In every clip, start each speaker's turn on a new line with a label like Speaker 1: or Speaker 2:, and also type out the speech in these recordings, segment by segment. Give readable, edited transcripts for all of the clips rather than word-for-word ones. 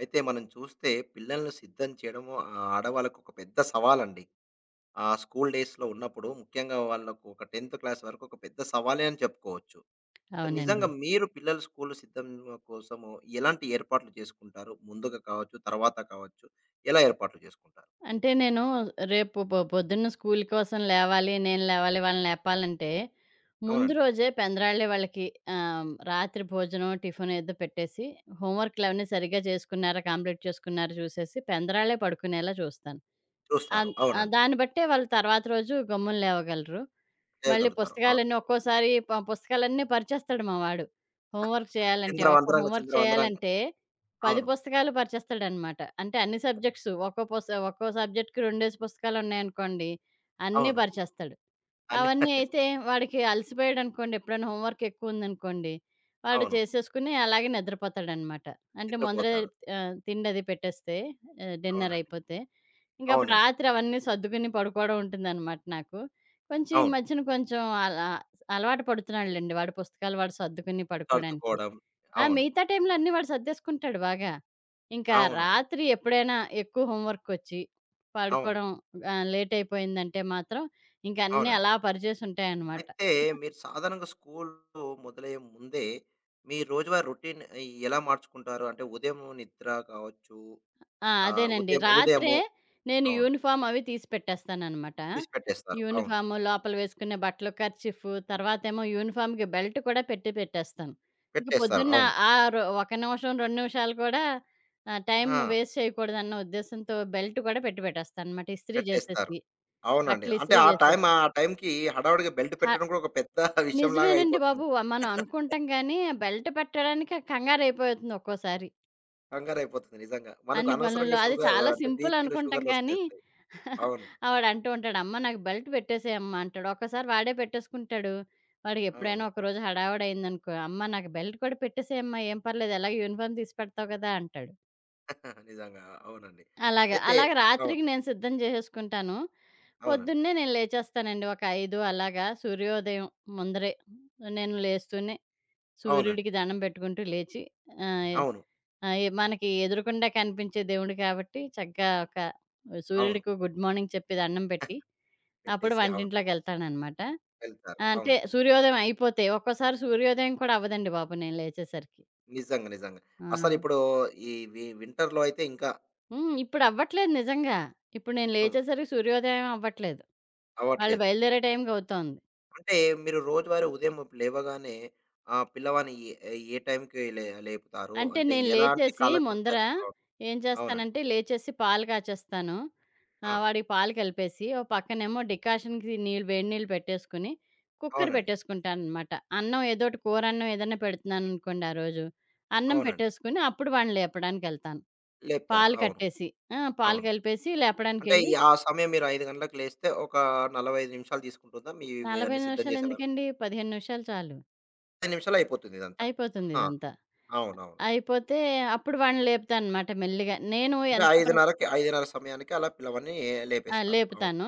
Speaker 1: అయితే మనం చూస్తే పిల్లల్ని సిద్ధం చేయడము ఆడవాళ్ళకి ఒక పెద్ద సవాలండి. ఆ స్కూల్ డేస్‌లో ఉన్నప్పుడు ముఖ్యంగా వాళ్ళకు ఒక 10థ్ క్లాస్ వరకు ఒక పెద్ద సవాలే అని చెప్పుకోవచ్చు. సో, నిజంగా
Speaker 2: అవునండి.
Speaker 1: మీరు పిల్లల స్కూల్ సిద్ధం కోసము ఎలాంటి ఏర్పాట్లు చేసుకుంటారు? ముందుగా కావచ్చు, తర్వాత కావచ్చు. ఎలా ఏర్పాట్లు చేసుకుంటారు?
Speaker 2: అంటే నేను రేపు పొద్దున్న స్కూల్ కోసం లేవాలి, నేను లేవాలి, వాళ్ళని లేపాలంటే, ముందు
Speaker 1: అవునండి.
Speaker 2: రోజే పెందరాళ్ళే వాళ్ళకి రాత్రి భోజనం, టిఫిన్ ఏదో పెట్టేసి, హోంవర్క్‌లవన్నీ సరిగ్గా చేసుకున్నారా, కంప్లీట్ చేసుకున్నారా చూసేసి, పెందరాళ్ళే పడుకునేలా చూస్తాను.
Speaker 1: చూస్తారు.
Speaker 2: అన్
Speaker 1: అవునండి.
Speaker 2: దాన్ని బట్టే వాళ్ళు తర్వాత రోజు గమ్మున లేవగలరు. మళ్ళీ
Speaker 1: చేయగలుగుతారు. అవును.
Speaker 2: పుస్తకాలన్నీ ఒక్కోసారి పుస్తకాలన్నీ పరిచేస్తాడు మా వాడు. హోంవర్క్ చేయాలంటే, ఒక్క
Speaker 1: చిందరవందరంగా,
Speaker 2: హోంవర్క్
Speaker 1: చిందరవందరంగా.
Speaker 2: చేయాలంటే 10
Speaker 1: అవును.
Speaker 2: పుస్తకాలు పరిచేస్తాడనమాట. అంటే అన్ని సబ్జెక్ట్స్ ఒక్కో సబ్జెక్ట్‌కి రెండేసి పుస్తకాలున్నాయనుకోండి, అన్నీ
Speaker 1: అవును.
Speaker 2: పరిచేస్తాడు.
Speaker 1: అన్నీ
Speaker 2: అవన్నీ
Speaker 1: పడేసి
Speaker 2: అయితే వాడికి అలసిపోయాడనుకోండి, ఎప్పుడైనా హోంవర్క్ ఎక్కువుందనుకోండి, వాడు
Speaker 1: అవును.
Speaker 2: చేసేసుకొని అలాగే నిద్రపోతాడనమాట. అంటే ముందరే
Speaker 1: నిద్రపోతాడు.
Speaker 2: తిండది పెట్టేస్తే, డిన్నర్
Speaker 1: అవునండి.
Speaker 2: అయిపోతే. ఇంకప్పుడు
Speaker 1: అవునండి.
Speaker 2: రాత్రి అవన్నీ సర్దుకుని పడుకోవడం ఉంటుందనమాట నాకు. కొంచెం ఈ
Speaker 1: అవును.
Speaker 2: మధ్యన కొంచెం అలా అలవాటు పడుతున్నాడులెండి వాడి పుస్తకాలు వాడు సర్దుకుని పడుకోవడానికి.
Speaker 1: సర్దుకోవడం.
Speaker 2: ఆ!
Speaker 1: అవును.
Speaker 2: మిగతా టైమ్‌లో అన్నీ వాడు సర్దేసుకుంటాడు బాగా. ఇంకా
Speaker 1: అవునవును.
Speaker 2: రాత్రి ఎప్పుడైనా ఎక్కువ హోంవర్కొచ్చి
Speaker 1: అవును.
Speaker 2: పడుకోవడం లేట్ అయిపోయిందంటే మాత్రం ఇంక అన్నీ
Speaker 1: అవునండి.
Speaker 2: అలా పరిచేసుంటాయనమాట.
Speaker 1: అయితే మీరు సాధారణంగా స్కూలు మొదలయ్యే ముందే, మీ రోజువారీ రొటీన్ ఎలా మార్చుకుంటారు? అంటే ఉదయం నిద్ర కావచ్చు,
Speaker 2: ఆ! అదేనండి.
Speaker 1: ఉదయం
Speaker 2: రాత్రే
Speaker 1: ఉదయము
Speaker 2: నేను
Speaker 1: అవును.
Speaker 2: యూనిఫార్మ్ అవి తీసి పెట్టేస్తాననమాట.
Speaker 1: తీసి పెట్టేస్తారు. అవును.
Speaker 2: యూనిఫాము, లోపల వేసుకునే బట్టలు, కర్చీఫ్, తర్వాతేమో యూనిఫార్మ్‌కి బెల్ట్ కూడా పెట్టి పెట్టేస్తాను. ఇంక
Speaker 1: పెట్టేస్తారు.
Speaker 2: పొద్దున్న
Speaker 1: అవును.
Speaker 2: ఆ రొ ఒక నిమిషం, 2 నిమిషాలు కూడా టైమ్
Speaker 1: ఆ!
Speaker 2: వేస్ట్ చేయకూడదన్న ఉద్దేశంతో బెల్ట్ కూడా పెట్టి పెట్టేస్తాననమాట ఇస్త్రీ
Speaker 1: పెట్టేస్తారు.
Speaker 2: చేసేసి.
Speaker 1: అవునండి.
Speaker 2: బట్టలు
Speaker 1: అంటే
Speaker 2: ఇస్త్రీ
Speaker 1: ఆ టైం
Speaker 2: చేసేసి.
Speaker 1: ఆ టైంకి హడావుడిగా బెల్ట్
Speaker 2: హ
Speaker 1: పెట్టడం కూడా ఒక పెద్ద విషయంలాగా
Speaker 2: నిజమేనండి
Speaker 1: అయిపోతుంది.
Speaker 2: బాబు. మనం అనుకుంటాం గానీ, బెల్ట్ పెట్టడానికి కంగారైపోతుంది ఒక్కోసారి.
Speaker 1: కంగారయిపోతుంది నిజంగా. మనకు
Speaker 2: అన్ని పనుల్లో.
Speaker 1: అనవసరంగా
Speaker 2: అది
Speaker 1: షుగర్
Speaker 2: చాలా
Speaker 1: అంటే
Speaker 2: సింపుల్
Speaker 1: బీపీలు,
Speaker 2: అనుకుంటాం కానీ,
Speaker 1: షుగర్‌లొచ్చేస్తాయి. అవును.
Speaker 2: ఆవాడంటూ ఉంటాడు, "అమ్మ నాకు బెల్ట్ పెట్టేసేయమ్మా" అంటాడు. ఒక్కసారి వాడే పెట్టేసుకుంటాడు.
Speaker 1: అవును.
Speaker 2: వాడికెప్పుడైనా ఒకరోజు హడావిడయిందనుకో, "అమ్మ నాకు బెల్ట్ కూడా పెట్టేసేయమ్మా, ఏం పర్లేదు ఎలాగో యూనిఫార్మ్ తీసి పెడతావు కదా" అంటాడు.
Speaker 1: నిజంగా. అవునండి.
Speaker 2: అలాగ.
Speaker 1: అయితే
Speaker 2: అలాగ
Speaker 1: అవును.
Speaker 2: రాత్రికి నేను సిద్ధం చేసేసుకుంటాను.
Speaker 1: అవునండి.
Speaker 2: పొద్దున్నే నేను లేచేస్తానండి ఒక 5 అలాగా, సూర్యోదయం ముందరే నేను లేస్తూనే
Speaker 1: అవునండి.
Speaker 2: సూర్యుడికి దండం పెట్టుకుంటూ లేచి, ఆహ్,
Speaker 1: అవును.
Speaker 2: ఆహ్, ఎ మనకి ఎదురుగుండా కనిపించే దేవుడు కాబట్టి చక్కగా ఒక
Speaker 1: అవును.
Speaker 2: సూర్యుడికి గుడ్ మార్నింగ్ చెప్పి దండం పెట్టి అప్పుడు
Speaker 1: పెట్టేసి అవును.
Speaker 2: వంటింట్లోకెళ్తాననమాట.
Speaker 1: వెళ్తారు.
Speaker 2: అంటే
Speaker 1: అవును.
Speaker 2: సూర్యోదయం అయిపోతే ఒక్కోసారి సూర్యోదయం కూడా అవ్వదండి బాబు నేను లేచేసరికి.
Speaker 1: నిజంగా. నిజంగా.
Speaker 2: ఆ!
Speaker 1: అసలిప్పుడు ఈ వింటర్‌లో అయితే ఇంకా
Speaker 2: హ్మ్. ఇప్పుడు అవ్వట్లేదు నిజంగా. ఇప్పుడు నేను
Speaker 1: హ్మ్.
Speaker 2: లేచేసరికి సూర్యోదయం అవ్వట్లేదు. వాళ్ళు
Speaker 1: అవ్వట్లేదు.
Speaker 2: బయలుదేరే టైంకవుతోంది.
Speaker 1: అంటే మీరు రోజువారీ ఉదయం లేవగానే పిల్లవాడిని ఏ ఏ టైంకి లేపుతారు?
Speaker 2: అంటే
Speaker 1: అంటే
Speaker 2: నేను
Speaker 1: ఎలాంటి
Speaker 2: లేచేసి
Speaker 1: కాలకృత్య
Speaker 2: ముందర
Speaker 1: అవును.
Speaker 2: ఏం
Speaker 1: అవునండి.
Speaker 2: చేస్తానంటే లేచేసి పాలు కాచేస్తాను.
Speaker 1: ఆ!
Speaker 2: వాడికి పాలు కలిపేసి, ఓ పక్కనేమో డికాషన్‌కి నీళ్ళు వేడి నీళ్ళు పెట్టేసుకొని, కుక్కర్
Speaker 1: అవునండి.
Speaker 2: పెట్టేసుకుంటాననమాట. అన్నం ఏదోటి కూరన్నం ఏదన్నా పెడుతున్నాననుకోండి ఆ రోజు, అన్నం
Speaker 1: అవునండి.
Speaker 2: పెట్టేసుకొని అప్పుడు వాడిని లేపడానికెళ్తాను.
Speaker 1: లేపుతారు.
Speaker 2: పాలు
Speaker 1: అవును.
Speaker 2: కట్టేసి, ఆ! పాలు
Speaker 1: అవును.
Speaker 2: కలిపేసి
Speaker 1: అంటే ఈ
Speaker 2: లేపడానికెళ్ళి,
Speaker 1: ఆ సమయం మీరు 5 గంటలకు లేస్తే ఒక 45 నిమిషాలు తీసుకుంటుందా? మీ
Speaker 2: 40
Speaker 1: ఇవన్నీ సిద్ధం
Speaker 2: నిమిషాలు
Speaker 1: చేసే వరకు?
Speaker 2: ఎందుకండి 15 నిమిషాలు చాలు.
Speaker 1: 5 నిమిషాల్లో అయిపోతుంది ఇదంతా.
Speaker 2: అయిపోతుంది
Speaker 1: ఆ!
Speaker 2: ఇదంతా.
Speaker 1: అవునవును.
Speaker 2: అయిపోతే అప్పుడు వాడిని లేపుతాననమాట మెల్లిగా. నేను
Speaker 1: అంటే
Speaker 2: ఎంత ప్ర
Speaker 1: 5:30 సమయానికి అలా పిల్లవాడిని
Speaker 2: ఆ!
Speaker 1: లేపేస్తారు. అవును.
Speaker 2: లేపుతాను.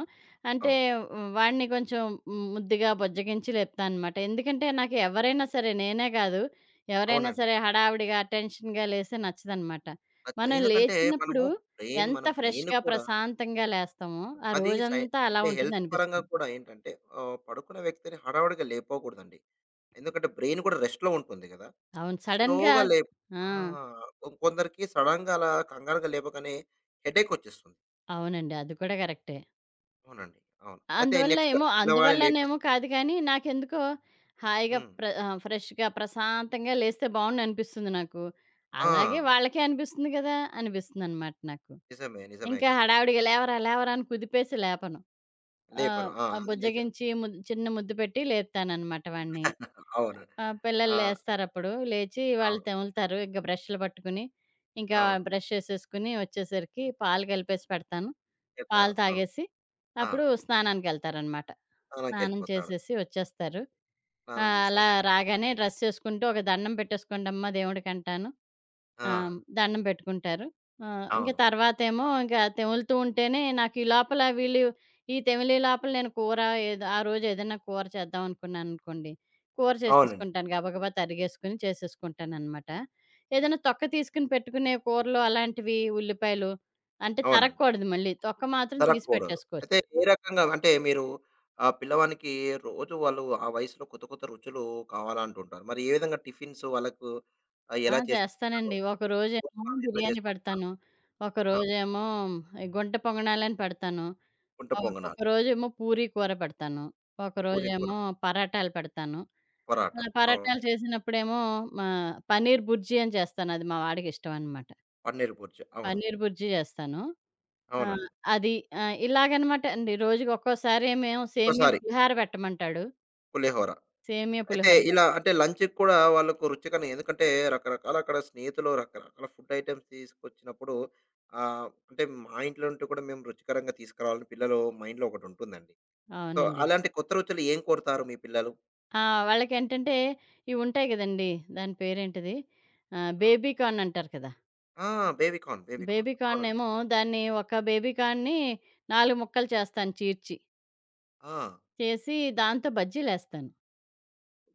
Speaker 2: అంటే
Speaker 1: అవును.
Speaker 2: వాడిని కొంచెం ముద్దుగా బుజ్జగించి లేపుతాననమాట. ఎందుకంటే నాకు ఎవరైనా సరే నేనే కాదు, ఎవరైనా
Speaker 1: అవునండి.
Speaker 2: సరే హడావిడిగా టెన్షన్‌గా లేస్తే నచ్చదనమాట. మనం
Speaker 1: ఎందుకంటే మనము
Speaker 2: లేచినప్పుడు ఎంత
Speaker 1: బ్రెయిన్
Speaker 2: ఫ్రెష్‌గా,
Speaker 1: కూడా
Speaker 2: ప్రశాంతంగా లేస్తామో ఆ
Speaker 1: అది సై
Speaker 2: రోజంతా అలా
Speaker 1: అంటే హెల్త్ పరంగా
Speaker 2: ఉంటుందనిపిస్తుంది.
Speaker 1: కూడా ఏంటంటే పడుకున్న వ్యక్తిని హడావుడిగా లేపకూడదండి. ఎందుకంటే బ్రెయిన్ కూడా రెస్ట్‌లో ఉంటుంది కదా!
Speaker 2: అవును. సడెన్‌గా,
Speaker 1: స్లోగా లే
Speaker 2: ఆ!
Speaker 1: ఆ! కొందరికి సడెన్‌గా అలా కంగారుగా లేపగానే హెడేక్ వచ్చేస్తుంది.
Speaker 2: అవునండి. అది కూడా కరెక్టే.
Speaker 1: అవునండి. అవును. అయితే నెక్స్ట్ పిల్లవాడిని లేపేసి
Speaker 2: అందువల్లనేమో కాదు కానీ, నాకెందుకో హాయిగా
Speaker 1: హ్మ్.
Speaker 2: ఫ్రెష్‌గా, ప్రశాంతంగా లేస్తే బావుండనిపిస్తుంది నాకు.
Speaker 1: ఆ!
Speaker 2: అలాగే వాళ్ళకే అనిపిస్తుంది కదా! అనిపిస్తుందనమాట నాకు.
Speaker 1: నిజమే. నిజమే
Speaker 2: ఇంకా
Speaker 1: కదా!
Speaker 2: హడావిడిగా లేవరా! లేవరా! అని కుదిపేసి లేపను. ఆహ్,
Speaker 1: లేపరు. ఆ!
Speaker 2: ఆహ్,
Speaker 1: అది లేచా
Speaker 2: బుజ్జగించి, చిన్న ముద్దు పెట్టి లేపుతాననమాట వాడిని.
Speaker 1: అవును.
Speaker 2: ఆ! పిల్లలు
Speaker 1: ఆ!
Speaker 2: లేస్తారప్పుడు. లేచి వాళ్ళు
Speaker 1: అవును.
Speaker 2: తెములుతారు. ఇంక బ్రష్‌లు పట్టుకుని, ఇంకా
Speaker 1: అవును.
Speaker 2: బ్రష్ చేసేసుకొని వచ్చేసరికి పాలు కలిపేసి పెడతాను.
Speaker 1: చెప్తారు.
Speaker 2: పాలు
Speaker 1: అవును.
Speaker 2: తాగేసి
Speaker 1: ఆ!
Speaker 2: అప్పుడు స్నానానికెళ్తారనమాట. స్నానం
Speaker 1: స్నానంకెళ్ళిపోతాడు.
Speaker 2: చేసేసి వచ్చేస్తారు.
Speaker 1: స్నానం చేసి
Speaker 2: అలా
Speaker 1: వస్తా
Speaker 2: రాగానే డ్రెస్ చేసుకుంటూ ఒక దండం పెట్టేసుకోండమ్మా దేవుడికంటాను.
Speaker 1: ఆ!
Speaker 2: ఆ! దండం పెట్టుకుంటారు. ఆ! ఇంక
Speaker 1: అవును.
Speaker 2: తర్వాతేమో ఇంక తెములుతూ ఉంటేనే నాకు ఈ తెమిలే లోపల నేను కూర ఏదో ఆ రోజు ఏదైనా కూర చేద్దాం అనుకున్నాననుకోండి. కూర
Speaker 1: అవునండి.
Speaker 2: చేసేసుకుంటాను. గబగబా తరిగేసుకొని చేసేసుకుంటాననమాట. ఏదైనా తొక్క తీసుకొని పెట్టుకునే కూరలు అలాంటివి ఉల్లిపాయలు అంటే
Speaker 1: అవునండి.
Speaker 2: తరగకూడదు మళ్ళీ. తొక్క మాత్రం తీసి
Speaker 1: తరగకూడదు. అయితే
Speaker 2: పెట్టేసుకోవచ్చు.
Speaker 1: ఏ రకంగా అంటే మీరు ఆ పిల్లవానికి రోజు వాళ్ళు ఆ వయసులో కొత్త కొత్త రుచులు కావాలంటుంటారు. మరి ఏ విధంగా టిఫిన్స్ వాళ్ళకు
Speaker 2: ఆ!
Speaker 1: ఎలా చేసి పెడతారు?
Speaker 2: చేస్తానండి. ఒకరోజేమో
Speaker 1: భోజనాలు ఎట్లా
Speaker 2: బిర్యానీ
Speaker 1: చేసి పెడతారు?
Speaker 2: పెడతాను.
Speaker 1: ఆ!
Speaker 2: ఒకరోజేమో ఈ గుంట పొంగణాలని పెడతాను.
Speaker 1: కుంట పొంగనాలు,
Speaker 2: ఒకరోజేమో పూరీ కూర పెడతాను.
Speaker 1: పూరి కూర,
Speaker 2: ఒకరోజేమో పరాటాలు పెడతాను.
Speaker 1: పరాటా.
Speaker 2: అలా
Speaker 1: అవును.
Speaker 2: పరాటాలు చేసినప్పుడేమో మా పన్నీర్ బుర్జీ అని చేస్తాను. అది మా వాడికి ఇష్టం అనమాట.
Speaker 1: పన్నీర్ బుర్జీ. అవును.
Speaker 2: పన్నీర్ బుర్జీ చేస్తాను. ఆహ్,
Speaker 1: అవునండి.
Speaker 2: అది ఇలాగనమాట అండి. రోజుకి ఒక్కోసారేమో సేమియా
Speaker 1: ఒక్కసారి
Speaker 2: పులిహార పెట్టమంటాడు.
Speaker 1: పులిహోర.
Speaker 2: సేమియా
Speaker 1: అయితే
Speaker 2: పులిహోర పె
Speaker 1: ఇలా అంటే లంచ్‌కి కూడా వాళ్ళకు రుచికరంగా ఎందుకంటే రకరకాల అక్కడ స్నేహితులు రకరకాల ఫుడ్ ఐటెమ్స్ తీసుకొచ్చినప్పుడు అంటే మా ఇంట్లో నుండి కూడా మేము రుచికరంగా తీసుకురావాలని పిల్లలు మైండ్‌లో ఒకటుంటుందండి. సో,
Speaker 2: అవునండి.
Speaker 1: అలాంటి కొత్త రుచులు ఏం కోరుతారు మీ పిల్లలు?
Speaker 2: ఆ! వాళ్ళకేంటంటే ఇవి ఉంటాయి గదండీ! దాని పేరేంటిది?
Speaker 1: ఆ!
Speaker 2: బేబీ కార్న్ అంటారు కదా!
Speaker 1: ఆ! Baby corn, baby corn.
Speaker 2: Baby corn
Speaker 1: అవునండి.
Speaker 2: ఏమో దాన్ని ఒక బేబీ కార్న్‌ని 4 ముక్కలు చేస్తాను చీర్చి.
Speaker 1: ఆ!
Speaker 2: చేసి దాంతో బజ్జీలేస్తాను.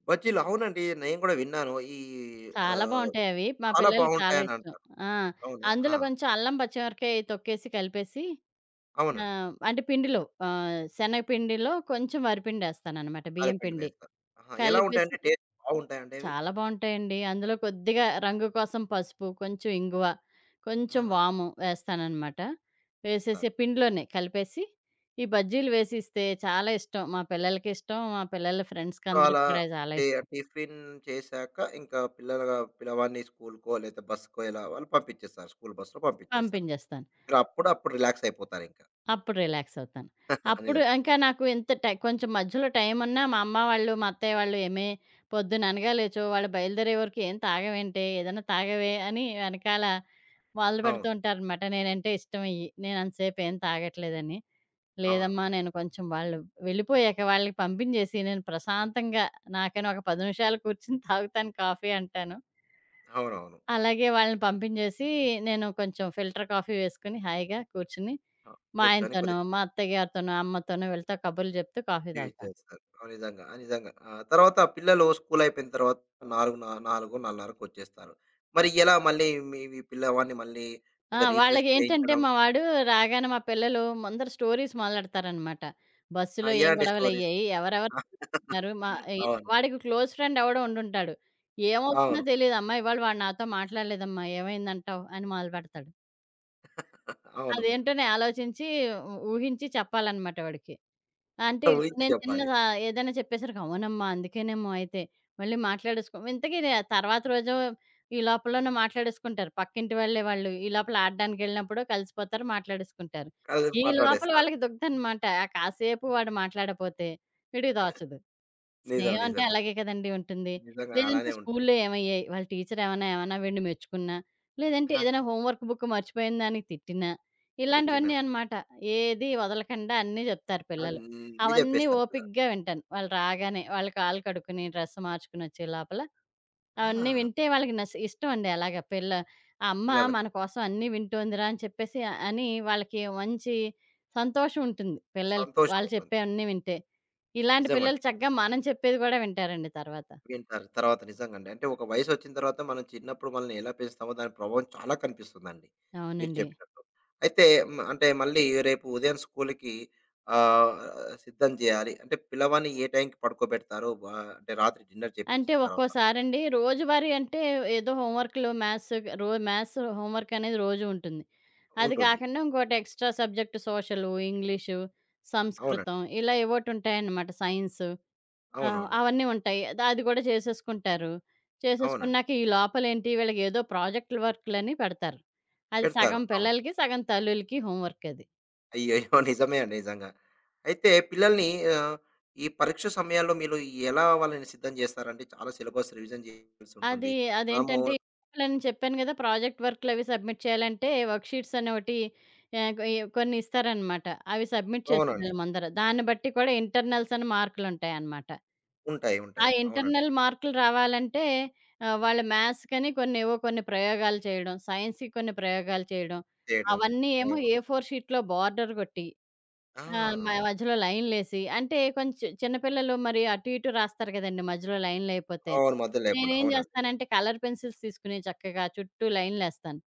Speaker 1: బజ్జీలు అవునండి. నేను కూడా విన్నాను. ఈ
Speaker 2: చాలా
Speaker 1: ఆహ్,
Speaker 2: బావుంటాయవి. మా
Speaker 1: చాలా
Speaker 2: పిల్లలకి చాలా
Speaker 1: బావుంటాయని
Speaker 2: ఇష్టం.
Speaker 1: అంటారు.
Speaker 2: ఆ!
Speaker 1: అవునా? ఆ!
Speaker 2: అందులో కొంచెం అల్లం, పచ్చిమిరపకాయ తొక్కేసి కలిపేసి
Speaker 1: అవునండి.
Speaker 2: ఆహ్, అంటే పిండిలో శనగపిండిలో కొంచెం వరిపిండేస్తాననమాట. బియ్యం
Speaker 1: అరటిపండు
Speaker 2: పిండి.
Speaker 1: వేస్తారు. ఆహా! ఎలా
Speaker 2: కలిపేసి
Speaker 1: ఉంటాయండి? టేస్ట్ బావుంటాయండి అవి?
Speaker 2: చాలా బావుంటాయండి. అందులో కొద్దిగా రంగు కోసం పసుపు, కొంచెం ఇంగువ,
Speaker 1: ఆ!
Speaker 2: కొంచెం వాము వేస్తాననమాట. వేసేసి
Speaker 1: ఇస్తారు.
Speaker 2: పిండిలోనే కలిపేసి ఈ బజ్జీలు వేసి ఇస్తే చాలా ఇష్టం. మా పిల్లలకిష్టం. మా పిల్లల ఫ్రెండ్స్‌కి
Speaker 1: సో,
Speaker 2: అందరికి
Speaker 1: అలా
Speaker 2: కూడా చాలా
Speaker 1: టి
Speaker 2: ఇష్టం.
Speaker 1: టిఫిన్ చేశాక ఇంకా పిల్లలుగా పిల్లవాడిని స్కూలుకో లేదా బస్‌కో ఇలా వాళ్ళు పంపించేస్తారు. స్కూల్ బస్‌లో పంపించేస్తారు.
Speaker 2: పంపించేస్తాను.
Speaker 1: మీరప్పుడు అప్పుడు అప్పుడు రిలాక్స్ అయిపోతారింకా.
Speaker 2: అప్పుడు రిలాక్స్ అవుతాను. అప్పుడు
Speaker 1: నిజంగా.
Speaker 2: ఇంకా నాకు ఎంత టై కొంచెం మధ్యలో టైమున్నా మా అమ్మ వాళ్ళు, మా అత్తయ్య వాళ్ళు "ఏమే పొద్దున అనగా లేచావు, వాళ్ళు బయలుదేరే వరకు ఏం తాగవేంటే? ఏదైనా తాగవే" అని వెనకాల
Speaker 1: అవును.
Speaker 2: మొదలుపెడుతూ ఉంటారనమాట. నేనంటే ఇష్టం అయ్యి. నేను అంతసేపు ఏం తాగట్లేదని. లేదమ్మా
Speaker 1: అవునవును.
Speaker 2: నేను కొంచెం వాళ్ళు వెళ్ళిపోయాక వాళ్ళకి పంపించేసి నేను ప్రశాంతంగా నాకని ఒక 10 నిమిషాలు కూర్చొని తాగుతాను కాఫీ అంటాను.
Speaker 1: అవునవును.
Speaker 2: అలాగే వాళ్ళని పంపించేసి, నేను కొంచెం ఫిల్టర్ కాఫీ వేసుకొని హాయిగా కూర్చొని,
Speaker 1: ఆ!
Speaker 2: మా
Speaker 1: కూర్చొని
Speaker 2: ఆయనతోనో,
Speaker 1: కొద్దిగా
Speaker 2: మా అత్తయ్యగారితోనో, అమ్మతోనో వీళ్ళతో కబుర్లు చెప్తూ కాఫీ
Speaker 1: ఎంజాయ్
Speaker 2: తాగుతాను.
Speaker 1: చేస్తారు. ఆ! నిజంగా. ఆ! నిజంగా. ఆ! తర్వాత పిల్లలు స్కూల్ అయిపోయిన తర్వాత 4, 4:30కి వచ్చేస్తారు. మరి ఎలా మళ్ళీ మీ మీ పిల్లవాడిని మళ్ళీ
Speaker 2: ఆ!
Speaker 1: కొద్దిగా రిఫ్రెష్
Speaker 2: వాళ్ళకేంటంటే
Speaker 1: చేయించడం
Speaker 2: మా వాడు రాగానే మా పిల్లలు ముందర స్టోరీస్ మొదలెడతారనమాట.
Speaker 1: ఆ!
Speaker 2: బస్సులో ఏం
Speaker 1: ఎలాంటి స్టోరీస్?
Speaker 2: గొడవలయ్యాయి, ఎవరెవరు ఉన్నారు, మా ఎన్
Speaker 1: అవును.
Speaker 2: వాడికి క్లోజ్ ఫ్రెండ్ ఎవడో ఉండుంటాడు. ఏమవుతుందో
Speaker 1: అవును.
Speaker 2: తెలీదమ్మా ఇవాళ వాడు నాతో మాట్లాడలేదమ్మా ఏమైందంటావు అని మొదలుపెడతాడు.
Speaker 1: అవును.
Speaker 2: అదేంటో నేను ఆలోచించి, ఊహించి చెప్పాలనమాట వాడికి. అంటే ఇప్పుడు
Speaker 1: ఊహించి
Speaker 2: నేను
Speaker 1: చెప్పాలి.
Speaker 2: చిన్నగా ఏదైనా చెప్పేసరికి, అవునమ్మా! అందుకేనేమో అయితే. మళ్ళీ మాట్లాడేసుకో ఇంతకీ రే తర్వాత రోజు ఈ లోపలనే మాట్లాడేసుకుంటారు. పక్కింటి వాళ్ళే వాళ్ళు. ఈ లోపల ఆడడానికెళ్ళినప్పుడు కలిసిపోతారు, మాట్లాడేసుకుంటారు.
Speaker 1: కలిసి
Speaker 2: ఈ లోపల
Speaker 1: మాట్లాడేస్తారు.
Speaker 2: వాళ్ళకి దుగ్ధనమాట. ఆ కాసేపు వాడు మాట్లాడపోతే వీడికి దోచదు.
Speaker 1: నిజం.
Speaker 2: స్నేహం అంటే
Speaker 1: నిజమే.
Speaker 2: అలాగే కదండీ ఉంటుంది.
Speaker 1: నిజంగానే
Speaker 2: లేదంటే
Speaker 1: అలానే ఉంటది.
Speaker 2: స్కూల్లో ఏమయ్యాయి? వాళ్ళ టీచర్ ఏమన్నా ఏమన్నా వీడిని మెచ్చుకున్నా, లేదంటే
Speaker 1: ఆ!
Speaker 2: ఏదైనా హోంవర్క్ బుక్ మర్చిపోయిన దానికి తిట్టినా,
Speaker 1: తిట్టినా
Speaker 2: ఇలాంటివన్నీ అన్నమాట. ఏది వదలకుండా అన్నీ చెప్తారు పిల్లలు.
Speaker 1: అన్నీ
Speaker 2: అవన్నీ
Speaker 1: జెప్పేస్తారు పిల్లలు.
Speaker 2: ఓపికగా వింటాను. వాళ్ళు రాగానే, వాళ్ళు కాళ్ళు కడుక్కుని, డ్రెస్ మార్చుకునొచ్చే లోపల అవన్నీ
Speaker 1: ఆ!
Speaker 2: వింటే వాళ్ళకి ఇష్టమండి అలాగా. పిల్ల ఆ అమ్మ
Speaker 1: పిల్లలకు
Speaker 2: మన కోసం అన్నీ వింటోందిరా అని చెప్పేసి అని వాళ్ళకి మంచి సంతోషం ఉంటుంది పిల్లలకి.
Speaker 1: సంతోషం
Speaker 2: వాళ్ళు
Speaker 1: ఉంటుంది.
Speaker 2: చెప్పేవన్నీ వింటే. ఇలాంటి
Speaker 1: నిజమండి.
Speaker 2: పిల్లలు చక్కగా మనం చెప్పేది గూడా వింటారండి తర్వాత.
Speaker 1: వింటారు. తర్వాత నిజంగండి. అంటే ఒక వయసొచ్చిన తర్వాత మనం చిన్నప్పుడు మనల్ని ఎలా పెంచుతామో దాని ప్రభావం చాలా కనిపిస్తుందండి. మీరు
Speaker 2: అవునండి.
Speaker 1: చెప్పినట్టు. అయితే హ్మ్. అంటే మళ్ళీ రేపు ఉదయం స్కూల్‌కి ఆహ్, సిద్ధం జేయాలి. అంటే పిల్లవాడిని ఏ టైంకి పడుకోబెడతారు? అంటే రాత్రి డిన్నర్
Speaker 2: అంటే
Speaker 1: చేపిచ్చిన తర్వాత
Speaker 2: ఒక్కోసారండి రోజువారీ అంటే ఏదో హోంవర్క్‌లు మ్యాథ్స్ హోంవర్క్ అనేది రోజు ఉంటుంది. అది
Speaker 1: ఉంటుంది.
Speaker 2: కాకుండా ఇంకోటి ఎక్స్‌ట్రా సబ్జెక్ట్ సోషలు, ఇంగ్లీషు,
Speaker 1: అవునండి. అవునండి.
Speaker 2: సంస్కృతం ఇలా ఏవోటుంటాయన్నమాట సైన్సు. ఆ!
Speaker 1: అవునవును.
Speaker 2: అవన్నీ ఉంటాయి. అది గూడా చేసేసుకుంటారు.
Speaker 1: అవునండి.
Speaker 2: చేసేసుకున్నాక ఈ లోపలేంటి వీళ్ళకి ఏదో ప్రాజెక్ట్‌ల వర్క్‌లని పెడతారు. అది
Speaker 1: పెడతారు.
Speaker 2: సగం
Speaker 1: అవును.
Speaker 2: పిల్లలకి, సగం తల్లులకి హోమ్ వర్క్ అది.
Speaker 1: అయ్యయ్యో! నిజమే అండి నిజంగా. అయితే పిల్లల్ని ఆహ్, ఈ పరీక్ష సమయాల్లో మీరు ఎలా వాళ్ళని సిద్ధం చేస్తారంటే చాలా సిలబస్ రివిజన్ చేయాల్సి ఉంటుంది.
Speaker 2: అది
Speaker 1: మనము
Speaker 2: అదేంటంటే నేను చెప్పాను గదా! ప్రాజెక్ట్ వర్క్‌లవి సబ్మిట్ చేయాలంటే వర్క్ షీట్స్ అని ఒకటి ఆహ్, కొ కొన్ని ఇస్తారనమాట. అవి సబ్మిట్
Speaker 1: అవునండి.
Speaker 2: చేసేయాలి ముందర. దాన్ని బట్టి కూడా ఇంటర్నల్స్ అని మార్కులుంటాయనమాట.
Speaker 1: ఉంటాయి.
Speaker 2: ఆ
Speaker 1: ఉంటాయి. అవునండి.
Speaker 2: ఇంటర్నల్ మార్కులు రావాలంటే, వాళ్ళ మ్యాథ్స్‌కని కొన్నేవో కొన్ని ఏవో కొన్ని ప్రయోగాలు చేయడం, సైన్స్‌కి కొన్ని ప్రయోగాలు చేయడం,
Speaker 1: చేయడం.
Speaker 2: అవన్నీ ఏమో
Speaker 1: అవును.
Speaker 2: ఏ ఫోర్ షీట్‌లో బార్డర్ కొట్టి,
Speaker 1: ఆ!
Speaker 2: ఆహ్, మ మధ్యలో లైన్‌లేసి అంటే కొంచెం చిన్న పిల్లలు మరి అటు ఇటు రాస్తారు కదండీ మధ్యలో లైన్‌లయిపోతే.
Speaker 1: అవును. మధ్య లేకుండా.
Speaker 2: నేనేం
Speaker 1: అవునండి.
Speaker 2: జేస్తానంటే కలర్ పెన్సిల్స్ తీసుకొని చక్కగా చుట్టూ లైన్‌లేస్తాను.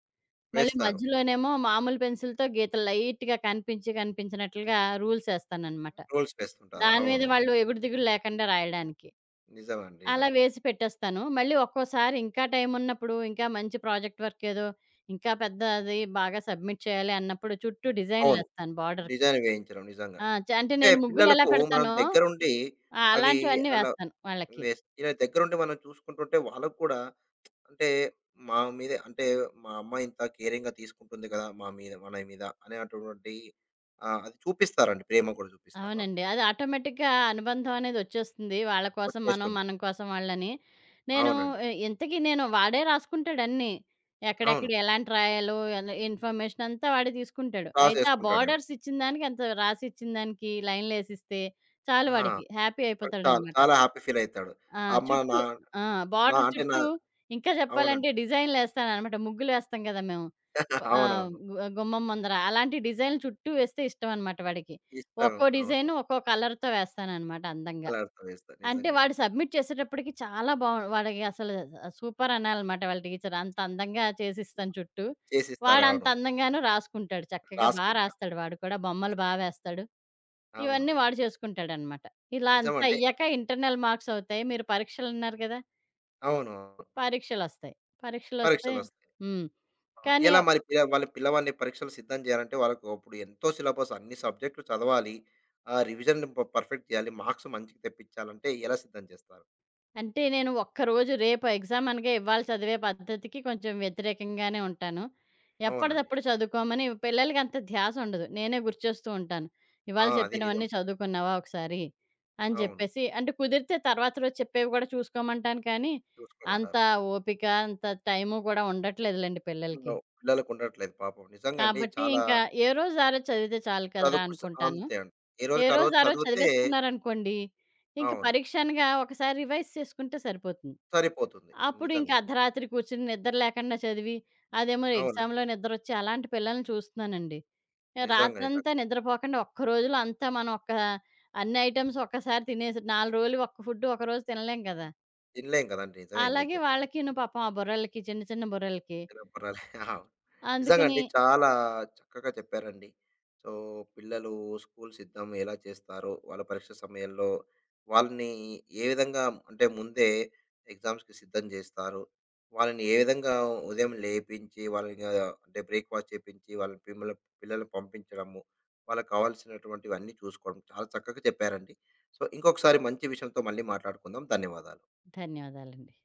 Speaker 2: మళ్ళీ
Speaker 1: వేస్తారు.
Speaker 2: మధ్యలోనేమో మామూలు పెన్సిల్‌తో గీతలు లైట్‌గా కనిపించి కనిపించనట్లుగా రూల్సేస్తాననమాట.
Speaker 1: రూల్స్ వేస్తుంటారు.
Speaker 2: దాని మీద
Speaker 1: అవును.
Speaker 2: వాళ్ళు ఎగుడు దిగుడు లేకుండా రాయడానికి.
Speaker 1: నిజమండి. నిజం.
Speaker 2: అలా వేసి పెట్టేస్తాను. మళ్ళీ ఒక్కోసారి ఇంకా టైమున్నప్పుడు, ఇంకా మంచి ప్రాజెక్ట్ వర్క్ ఏదో ఇంకా పెద్ద అది బాగా సబ్మిట్ చేయాలి అన్నప్పుడు చుట్టూ
Speaker 1: అవును.
Speaker 2: డిజైన్‌లేస్తాను బార్డర్‌కి.
Speaker 1: డిజైన్ వేయించడం నిజంగా.
Speaker 2: ఆ! చ అంటే
Speaker 1: అంటే
Speaker 2: నేను ముగ్గులెలా
Speaker 1: పిల్లలకు మనం
Speaker 2: పెడతానో,
Speaker 1: దగ్గరుండి
Speaker 2: ఆ!
Speaker 1: అవి
Speaker 2: అలాంటివన్నీ
Speaker 1: అలా
Speaker 2: వేస్తాను వాళ్ళకి.
Speaker 1: ఇలా దగ్గరుండి మనం చూసుకుంటుంటే వాళ్ళకి కూడా అంటే మా మీదే అంటే మా అమ్మ ఇంత కేరింగ్‌గా తీసుకుంటుంది కదా! మా మీద మన మీద అనేటటువంటి అది చూపిస్తారండి. ప్రేమ కూడా చూపిస్తారు వాళ్ళు
Speaker 2: అవునండి.
Speaker 1: నిజంగా.
Speaker 2: అది ఆటోమేటిక్‌గా అనుబంధం అనేదొచ్చేస్తుంది. వాళ్ళ కోసం మనం,
Speaker 1: వచ్చేస్తుంది.
Speaker 2: మనం కోసం వాళ్ళని. నేను
Speaker 1: అవునండి.
Speaker 2: ఇ ఇంతకీ నేను వాడే రాసుకుంటాడన్నీ.
Speaker 1: అవును.
Speaker 2: ఎక్కడెక్కడ ఎలాంటి రాయాలో, ఎలా ఇన్ఫర్మేషన్ అంతా వాడే తీసుకుంటాడు.
Speaker 1: క్రాస్
Speaker 2: అయితే ఆ
Speaker 1: చేసుకుంటాడేమో.
Speaker 2: బోర్డర్స్ ఇచ్చిన దానికి, అంత రాసిచ్చిన దానికి లైన్‌లేసిస్తే చాలు
Speaker 1: ఆ!
Speaker 2: వాడికి. హ్యాపీ
Speaker 1: వాడు చాలా,
Speaker 2: అయిపోతాడనమాట.
Speaker 1: చాలా హ్యాపీ ఫీల్ అయితాడు.
Speaker 2: ఆ!
Speaker 1: అమ్మ
Speaker 2: చుట్టూ
Speaker 1: నా
Speaker 2: ఆ!
Speaker 1: నా
Speaker 2: బార్డర్
Speaker 1: అంటే నా
Speaker 2: చుట్టూ ఇంకా చెప్పాలంటే
Speaker 1: అవునండి.
Speaker 2: డిజైన్‌లేస్తాననమాట. ముగ్గులేస్తాం గదా! మేము. ఆహ్,
Speaker 1: అవునవును.
Speaker 2: గు గుమ్మం ముందర. అలాంటి డిజైన్‌లు చుట్టూ వేస్తే ఇష్టమనమాట వాడికి.
Speaker 1: ఇస్తాను.
Speaker 2: ఒక్కో
Speaker 1: అవును.
Speaker 2: డిజైను ఒక్కో కలర్‌తో వేస్తాననమాట అందంగా.
Speaker 1: కలర్‌తో వేస్తారు.
Speaker 2: అంటే
Speaker 1: నిజంగండి.
Speaker 2: వాడు సబ్మిట్ చేసేటప్పటికి చాలా బావు వాడికి అసలు సూపర్ అనాలనమాట వాళ్ళ టీచర్. అంత అందంగా చేసిస్తాను చుట్టూ.
Speaker 1: చేసిస్తారు.
Speaker 2: వాడంత
Speaker 1: అవును.
Speaker 2: అందంగాను రాసుకుంటాడు. చక్కగా
Speaker 1: రాసుకుంటాడు.
Speaker 2: రాస్తాడు వాడు కూడా. బొమ్మలు బా వేస్తాడు. ఇవన్నీ
Speaker 1: అవునవును.
Speaker 2: వాడు చేసుకుంటాడనమాట. ఇలా అంతా
Speaker 1: నిజమండి.
Speaker 2: అయ్యాక ఇంటర్నల్ మార్క్స్ అవుతాయి. మీరు పరీక్షలన్నారు గదా!
Speaker 1: అవును.
Speaker 2: పరీక్షలొస్తాయి. పరీక్షలొస్తే
Speaker 1: పరీక్షలొస్తాయి.
Speaker 2: హ్మ్.
Speaker 1: అవును.
Speaker 2: కానీ
Speaker 1: ఎలా మరి పిల్లవాడిని పరీక్షలు సిద్ధం చేయాలంటే వాళ్ళకు అప్పుడు ఎంతో సిలబస్ అన్ని సబ్జెక్టులు చదవాలి. రివిజన్ పర్ఫెక్ట్ చేయాలి. మార్క్స్ మంచిగా తెప్పించాలంటే ఎలా సిద్ధం చేస్తారు?
Speaker 2: అంటే నేను ఒక్కరోజు రేపు ఎగ్జామ్ అనగా ఇవాళ చదివే పద్ధతికి కొంచెం వ్యతిరేకంగానే ఉంటాను.
Speaker 1: అవునండి.
Speaker 2: ఎప్పటిదప్పుడు చదువుకోమని పిల్లలకి అంత ధ్యాస ఉండదు. నేనే గుర్తు చేస్తూ ఉంటాను.
Speaker 1: ఆ!
Speaker 2: ఇవాళ
Speaker 1: అది నిజం.
Speaker 2: చెప్పినవన్నీ చదువుకున్నావా ఒకసారి? అని
Speaker 1: అవును.
Speaker 2: చెప్పేసి అంటే కుదిరితే తర్వాత రోజు చెప్పేవి గూడా చూసుకోమంటాను కానీ, అంత
Speaker 1: చూసుకోమంటారు.
Speaker 2: ఓపిక, అంత టైము గూడా ఉండట్లేదులెండి
Speaker 1: నో
Speaker 2: పిల్లలకి.
Speaker 1: పిల్లలకు ఉండట్లేదు పాపం. నిజంగా అండి
Speaker 2: కాబట్టి
Speaker 1: చాలా
Speaker 2: ఇంకా ఏ రోజు ఆ రోజు చదివితే చాలు కదరా
Speaker 1: చదువుకు స
Speaker 2: అనుకుంటాను.
Speaker 1: అంతే అండి. ఏ
Speaker 2: ఏ
Speaker 1: రోజుకి ఆ
Speaker 2: రోజు
Speaker 1: రోజు
Speaker 2: ఆ రోజు
Speaker 1: చదివితే
Speaker 2: చదివేసుకున్నారనుకోండి, ఇంక
Speaker 1: అవును.
Speaker 2: పరీక్ష అనగా ఒకసారి రివైజ్ చేసుకుంటే సరిపోతుంది.
Speaker 1: సరిపోతుంది.
Speaker 2: అప్పుడు ఇంక
Speaker 1: నిజంగా అండి.
Speaker 2: అర్ధరాత్రి కూర్చొని నిద్ర లేకుండా చదివి, అదేమో
Speaker 1: అవునండి.
Speaker 2: ఎగ్జామ్‌లో నిద్రొచ్చి అలాంటి పిల్లల్ని చూస్తున్నానండి.
Speaker 1: నిజంగా,
Speaker 2: రాత్రంతా
Speaker 1: నిజంగా.
Speaker 2: నిద్రపోకుండా ఒక్క రోజులో అంతా మనం ఒక అన్ని ఐటెమ్స్ ఒక్కసారి తినేసి 4 రోజులు ఒక్క ఫుడ్ ఒకరోజు తినలేం కదా!
Speaker 1: తినలేం కదండీ! నిజమే మీరు
Speaker 2: అలాగే
Speaker 1: చెప్పారు.
Speaker 2: వాళ్ళకిను పాపం ఆ బుర్రలకి, చిన్న చిన్న బుర్రలకి.
Speaker 1: తినపరాలు. అవును.
Speaker 2: అందుకని
Speaker 1: నిజంగండి చాలా చక్కగా చెప్పారండి. సో, పిల్లలు స్కూల్ సిద్ధం ఎలా చేస్తారో, వాళ్ళ పరీక్ష సమయంలో వాళ్ళని ఏ విధంగా అంటే ముందే ఎగ్జామ్స్‌కి సిద్ధం జేస్తారు. వాళ్ళని ఏ విధంగా ఉదయం లేపించి, వాళ్ళని అంటే బ్రేక్‌ఫాస్ట్ చేపించి, వాళ్ళ పిల్లల్ని పంపించడము, వాళ్ళకి కావాల్సినటువంటివన్నీ చూసుకోవడం. చాలా చక్కగా చెప్పారండి. సో, ఇంకొకసారి మంచి విషయంతో మళ్ళీ మాట్లాడుకుందాం. ధన్యవాదాలు.
Speaker 2: ధన్యవాదాలండి.